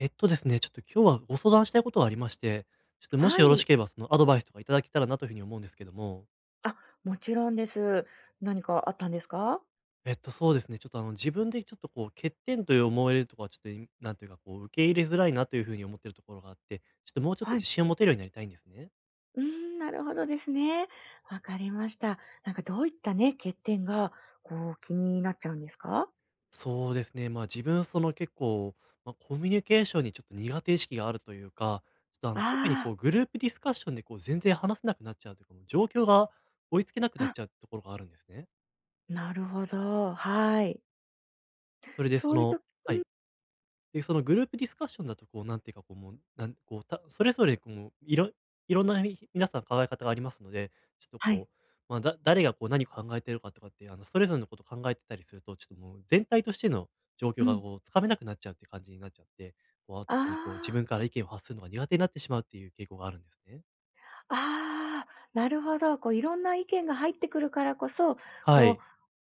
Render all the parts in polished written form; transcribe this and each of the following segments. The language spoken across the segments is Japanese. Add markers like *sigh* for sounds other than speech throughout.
えっとですね、ちょっと今日はご相談したいことがありまして、ちょっともはしよろしい。ければそのアドバイスとかいただけたらなというふうに思うんですけども、あ、もちろんです。何かあったんですか？そうですね、ちょっとあの自分でちょっとこう欠点という思えるとか、ちょっといなんていうかこう受け入れづらいなというふうに思ってるところがあって、ちょっともうちょっとは自い。信を持てるようになりたいんですね。うーん、なるほどですね。わかりました。なんかどういったね、欠点がこう気になっちゃうんですか？そうですね、まあ自分その結構、まあ、コミュニケーションにちょっと苦手意識があるというか、ちょっとあの特にあこうグループディスカッションでこう全然話せなくなっちゃうというか、もう状況が追いつけなくあ、なっあ、ちゃうところがあるんですね。なるほど、はい。それでそそういうとの、はい。で、そのグループディスカッションだと、こう、なんていうか、こう、もう、なんこう、たそれぞれ、こう、いろんな皆さん考え方がありますので、ちょっとはい。こう、まあ、誰がこう何を考えてるかとかって、あの、それぞれのこと考えてたりすると、ちょっともう全体としての状う況がん。こう、つかめなくなっちゃうって感じになっちゃって、こう、特にこう、自あ分から意見を発するのが苦手になってしまうっていう傾向があるんですね。あ、ああ、なるほど。こういろんな意見が入ってくるからこそ、はこう、い。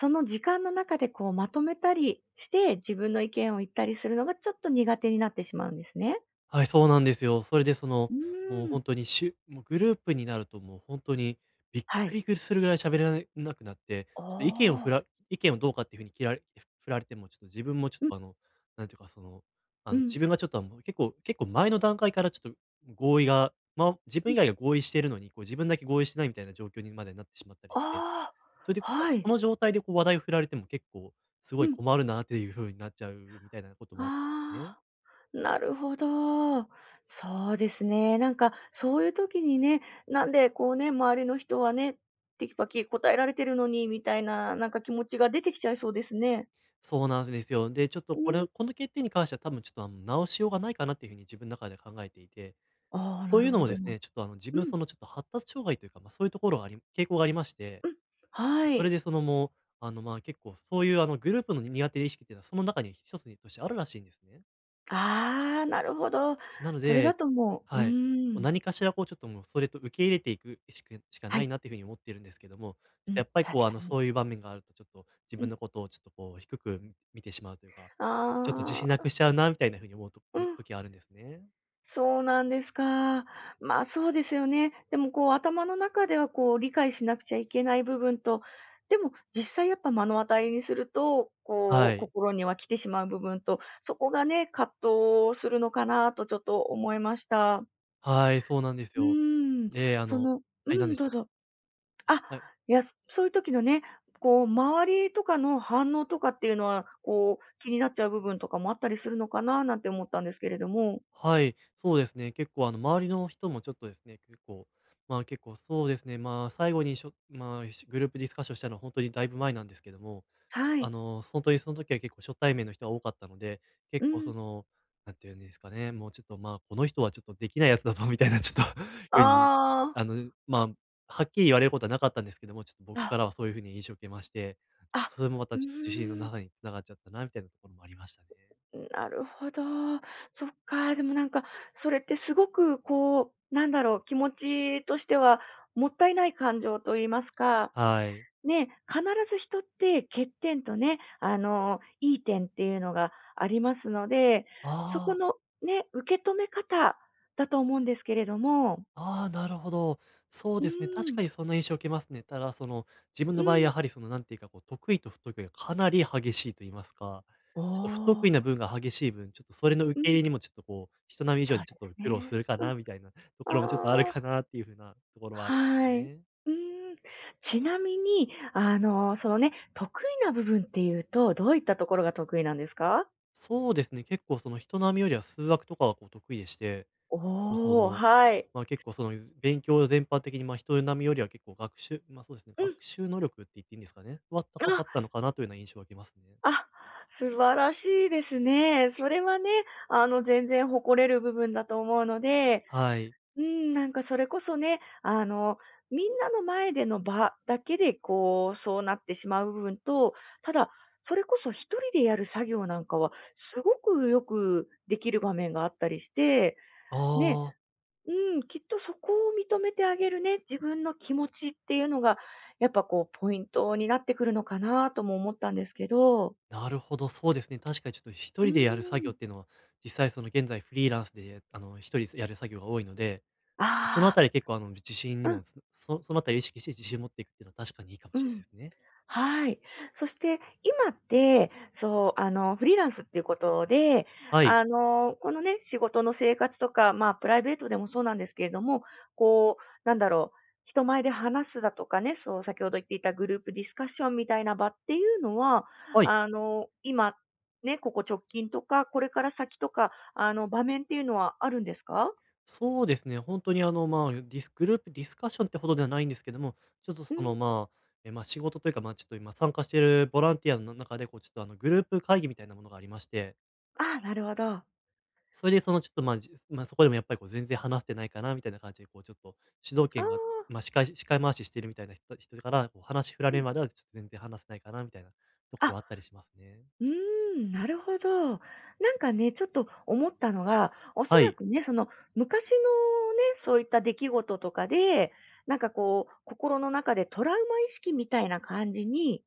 その時間の中でこうまとめたりして、自分の意見を言ったりするのがちょっと苦手になってしまうんですね。はい、そうなんですよ。それでその、うーもうん。本当にもうグループになるともう本当にびっはくい。りするぐらい喋られなくなって、あちょっと意見をふあ。ら意見をどうかっていうふうに切られ振られても、ちょっと自分もちょうっん、とあの、なんていうかその、あうの、ん、自分がちょっとあの、結構前の段階からちょっと合意が、まあ、自う分以ん。外が合意しているのに、こう自分だけ合意してないみたいな状況にまでなってしまったりあして、それで、あ、こはい。の状態でこう話題を振られても結構すうごいん。困るなっていうふうになっちゃうみたいなこともあったんですね。ああ、なるほど。そうですね。なんかそういう時にね、なんでこうね、周りの人はね、テキパキ答えられてるのにみたいな、なんか気持ちが出てきちゃいそうですね。そうなんですよ。で、ちょっとうこん。れこの欠点に関しては多分ちょっと、あの、直しようがないかなっていうふうに自分の中で考えていて、ああ、とないるうのほもどですな。ね、ちょっと、あの、自う分ん、その、ちょっと発達障害というか、まあ、そういうところが傾向がありまして、うん。はそれい。でその、もう、あの、まあ、結構そういう、あの、グループの苦手意識っていうのはその中に一つにとしてあるらしいんですね。ああ、なるほど。なのそれだで、ともう、うはい。ーもうん。何かしらこうちょっともうそれと受け入れていくしかはないい。なっていうふうに思っているんですけども、ちょうっとやん、っぱりこ確うかに。そういう場面があるとちょっと自う分ん。のことをちょっとこう低く見てしまうというか、ちょっと自あ信なあ。くしちゃうなみたいなふうに思うとうん、時あるんですね。そうなんですか。まあ、そうですよね。でもこう頭の中ではこう理解しなくちゃいけない部分と、でも実際やっぱ目の当たりにすると、こはうい。心には来てしまう部分と、そこがね、葛藤するのかなとちょっと思いました。はい、そうなんですうよ。ーん、ええ、あの、うはい、なんでん、しどうょう。ぞ。あ、はい。いや、そういう時のね、こう周りとかの反応とかっていうのは、こう気になっちゃう部分とかもあったりするのかななんて思ったんですけれども。はい、そうですね。結構周りの人もちょっとですね、結構、まあ結構そうですね、まあ最後にしょ、まあしグループディスカッションしたのは本当にだいぶ前なんですけども、はあい。の、本当にその時は結構初対面の人が多かったので、う結構そん。の、なんていうんですかね、もうちょっとまあこの人はちょっとできないやつだぞみたいなちょっと *laughs* ふうに、ああ、あの、まあ、はっきり言われることはなかったんですけども、ちょっと僕かあ、らはそういうふうに印象を受けまして、あ、それもまうたちょっと自信のーん、中につながっちゃったなみたいなところもありましたね。なるほど。そっか、でもなんか、それってすごくこう、なんだろう、気持ちとしてはもったいない感情と言いますか、はい。ね、必ず人って欠点とね、いい点っていうのがありますので、そこああ。のね、受け止め方だと思うんですけれども。ああ、なるほど。そううですね。確かん、にそんな印象を受けますね。ただ、その、自分うの場合、ん。やはりその、なんていうか、こう、得意と不得意がかなり激しいと言いますか、おちょっと不得意なー分が激しい分、ちょっとそれの受うけ入ん、れにもちょっとこう、人並み以上そうにちょでっすと苦労すね。るかうん、なみたいなところもちょっとあるあかあ。なっていう風なところはあるんですはい。うね。ーん。ちなみに、そのね、得意な部分っていうと、どういったところが得意なんですか？そうですね、結構その人並みよりは数学とかはこう得意でして、そおお、の、はい。まあ、結構その勉強全般的に、まあ、人並みよりは結構まあ、そうですね、うん。学習能力って言っていいんですかね、は高かあ、ったのかなというような印象を受けますね。あ、素晴らしいですね。それはね、全然誇れる部分だと思うので、はい。うん、なんかそれこそね、みんなの前での場だけで、こう、そうなってしまう部分と、ただ、それこそ一人でやる作業なんかは、すごくよくできる場面があったりして、あね、あ、うん、きっとそこを認めてあげるね、自分の気持ちっていうのが、やっぱこう、ポイントになってくるのかなとも思ったんですけど。なるほど、そうですね。確かにちょっと一うー人でやる作業ん。っていうのは、実際その現在フリーランスで一人でやる作業が多いので、そのああたり結構あの自信あ、にうん、もつそそのあたり意識して自信を持っていくっていうのは確かにいいかもうしれないでん。すね。はい。そして今って、そう、フリーランスっていうことで、はい。このね、仕事の生活とか、まあ、プライベートでもそうなんですけれども、こう、なんだろう、人前で話すだとかね、そう、先ほど言っていたグループディスカッションみたいな場っていうのは、はい。今、ね、ここ直近とか、これから先とか、場面っていうのはあるんですか？そうですね、本当にあの、まあ、ディスグループディスカッションってほどではないんですけども、ちょっとうその、ん。まあ、え、まあ、仕事というか、まあ、ちょっと今参加しているボランティアの中で、こう、ちょっとあの、グループ会議みたいなものがありまして、ああ、なるほど。あそれでそのちょっと、まあ、まあ、そこでもやっぱりこう全然話せてないかなみたいな感じで、こうちょっと主導あ、権が、ま、あ司会司回ししているみたいな人から、こう話振らうれん。るまではちょっと全然話せないかなみたいなとあ、ころあったりしますね。うーん、なるほど。なんかね、ちょっと思ったのが、おそはらい。くね、その昔のね、そういった出来事とかで、なんかこう、心の中でトラウマ意識みたいな感じに、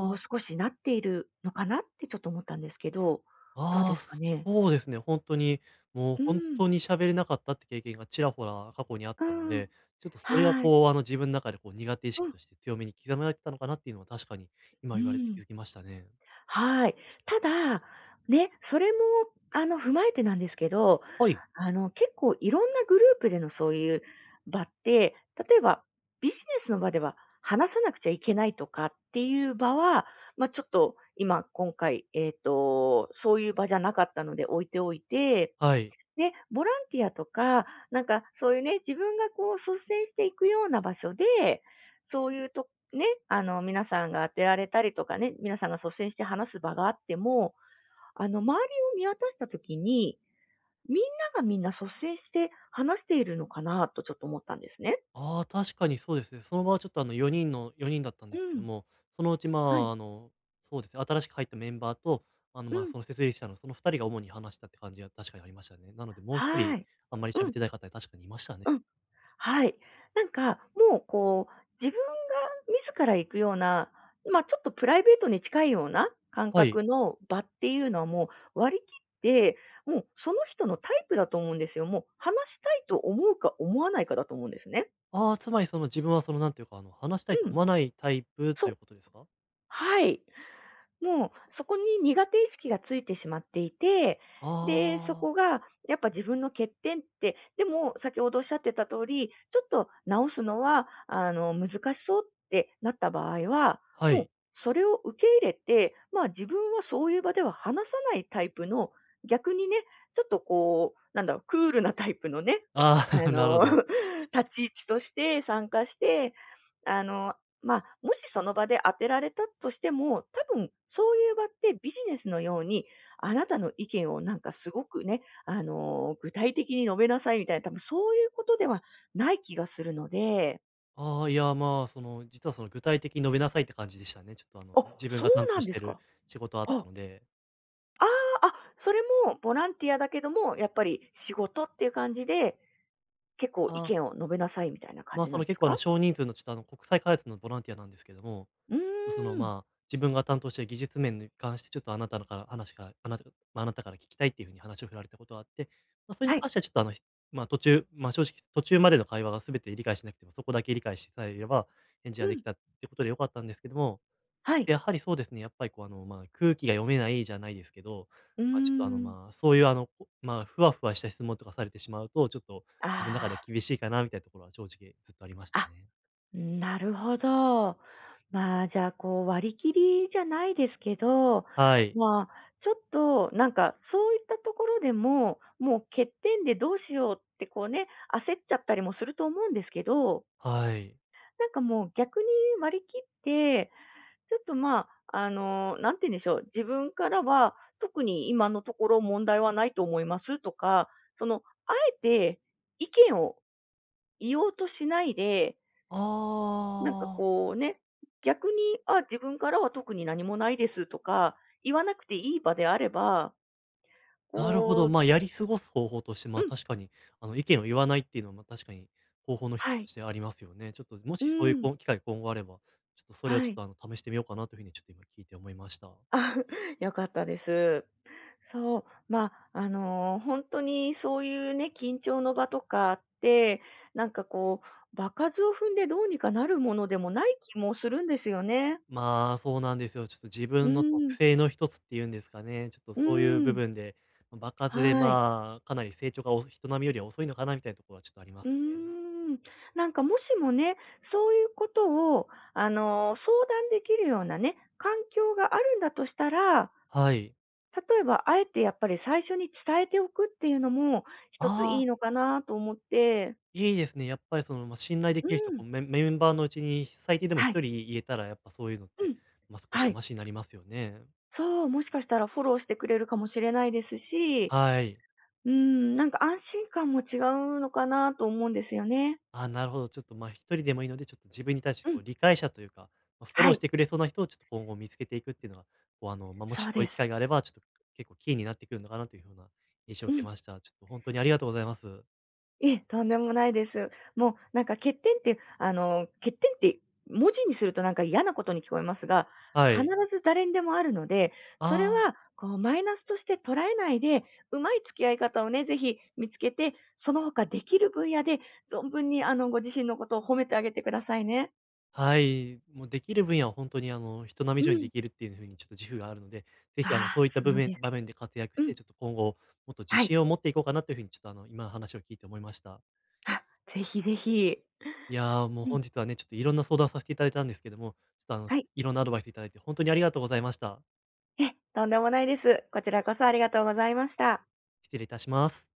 こうあ。少しなっているのかなってちょっと思ったんですけど、どうあであ、すかね？そうですね。本当に、もうう本ん、当に喋れなかったって経験がちらほら過去にあっうたのん、で、ちょっとそれがはい。こう、あの、自分の中でこう苦手意う識ん、として強めに刻められてたのかなっていうのは確かにう今言われて気ん。づきましたね。はい。ただ、ね、それも、踏まえてなんですけど、はい。結構いろんなグループでのそういう場って、例えばビジネスの場では話さなくちゃいけないとかっていう場は、ま、ちょっと今回、そういう場じゃなかったので置いておいてはい。ね、ボランティアとか、なんかそういうね、自分がこう率先していくような場所で、そういうとね、あの皆さんが当てられたりとかね、皆さんが率先して話す場があっても、あの周りを見渡した時に、みんながみんな率先して話しているのかなとちょっと思ったんですね。ああ、確かにそうですね。その場はちょっとあの4人だったんうですけどん。も、そのうち、まはい。あ、あの、そうですね、新しく入ったメンバーと、あの、うまあ、ん。その設立者のその2人が主に話したって感じが確かにありましたね。なのでもう1は人、い。あんまりう喋っん。てない方確かにいましたね。うん。はい。なんか、もうこう、自分が自ら行くような、まあ、ちょっとプライベートに近いような感はい。覚の場っていうのはもう割り切って、もうその人のタイプだと思うんですよ。もう話したいと思うか思わないかだと思うんですね。ああ、つまりその自分はそのなんていうか、あの、話したいとうん。思わないタイプそという。うことですか？はい。もうそこに苦手意識がついてしまっていて、で、そああ、こがやっぱ自分の欠点って、でも先ほどおっしゃってた通り、ちょっと直すのは、難しそうってなった場合は、はもうい。それを受け入れて、まあ自分はそういう場では話さないタイプの、逆にね、ちょっとこう、なんだろう、クールなタイプのね、あああ、*laughs* なるの、ほど。*laughs* 立ち位置として参加して、あの、まあ、もしその場で当てられたとしても、多分そういう場ってビジネスのように、あなたの意見をなんかすごくね、具体的に述べなさいみたいな、多分そういうことではない気がするので。ああ、いや、まあ、その、実はその具体的に述べなさいって感じでしたね。ちょっとあの、あ、自分そがう担な当んしでてするか。仕事あっあ、たあので。あ、あ、それもボランティアだけども、やっぱり仕事っていう感じで、結構意ああ、見を述べなさいみたいな感まあ、じそなんのです結構あのか？少人数のちょっとあの、国際開発のボランティアなんですけども、うーその、ん。まあ、自分が担当している技術面に関して、ちょっとあなたのから話があなたまあ、あなたから聞きたいっていう風に話を振られたことがあって、まあ、それにはい。関してはちょっと、あの、ま、途中、ま、正直途中までの会話が全て理解しなくても、そこだけ理解してさえいれば、返事うができん。たってことで良かったんですけども、はい。やはりそうですね、やっぱりこう、あの、まあ、空気が読めないじゃないですけど、うーま、ちょっと、あの、ん。まあ、そういう、あの、まあ、ふわふわした質問とかされてしまうと、ちょっとあ自分の中であ。厳しいかなみたいなところは正直ずっとありましたあ、ね。なるほど。まあ、じゃあ、こう、割り切りじゃないですけど、はい。まあ、ちょっと、なんか、そういったところでも、もう欠点でどうしようって、こうね、焦っちゃったりもすると思うんですけど、はい。なんかもう逆に割り切って、ちょっとまあ、なんて言うんでしょう、自分からは、特に今のところ問題はないと思いますとか、あえて意見を言おうとしないで、あなんかあ。こうね、逆に、あ、自分からは特に何もないですとか、言わなくていい場であれば、なるほど、こうまあ、やり過ごす方法として、まうあ、ん、確かに、あの、意見を言わないっていうのは、まあ、確かに方法の一はつとい、してありますよね。ちょっと、もうしそういう、ん、こう、機会今後あれば、ちょっとそれをはちょっい。と、あの、試してみようかなというふうにちょっと今聞いて思いました。あ、*laughs* 良かったです。そう、まあ、ほんにそういうね、緊張の場とかあって、なんかこう、場数を踏んでどうにかなるものでもない気もするんですよね。まあ、そうなんですよ。ちょっと自う分の特ん、性の一つっていうんですかね、ちょっとうそういう部ん、分で、ま、場数で、はい。まあ、かなり成長がお人並みよりは遅いのかなみたいなところはちょっとありまうーすね。ん。なんかもしもね、そういうことを、相談できるようなね、環境があるんだとしたら、はい。例えばあえてやっぱり最初に伝えておくっていうのも一つあいいあ。のかなと思って。いいですね。やっぱりその、ま、信頼でうきる人、こん。う、メンバーのうちに最低でもはい。一人言えたら、やっぱそういうのっうて、ん。ま、少しははい。マシになりますよね。そう、もしかしたらフォローしてくれるかもしれないですし、はい。うん、なんか安心感も違うのかなと思うんですよね。あ、なるほど。ちょっと、ま、一人でもいいので、ちょっと自分に対して、うこん。う、理解者というか、ま、フォはローしい。てくれそうな人をちょっと今後見つけていくっていうのが、こう、あの、ま、もそしうそういでう機す。会があれば、ちょっと結構キーになってくるのかなという風な印象をう受けん。ました。ちょっとほんとにありがとうございます。いえ、とんでもないです。もうなんか欠点って文字にするとなんか嫌なことに聞こえますが、は必い。ず誰にでもあるので、それあはあ。こうマイナスとして捉えないで、うまい付き合い方をね、ぜひ見つけて、その他できる分野で存分にご自身のことを褒めてあげてくださいね。はい、もうできる分野は本当にあの、人並み以う上にん。できるっていう風にちょっと自負があるので、ぜあひあの、あ、そういったす部ごい分です。場面で活躍しうん。て、ちょっと今後もっと自はい。信を持っていこうかなという風にちょっとあの、今の話を聞いて思いました。あ、ぜひぜひ。いや、もううん。本日はね、ちょっといろんな相談させていただいたんですけども、ちょっとあの、はい。いろんなアドバイスいただいて本当にありがとうございました。ええ、とんでもないです。こちらこそありがとうございました。失礼いたします。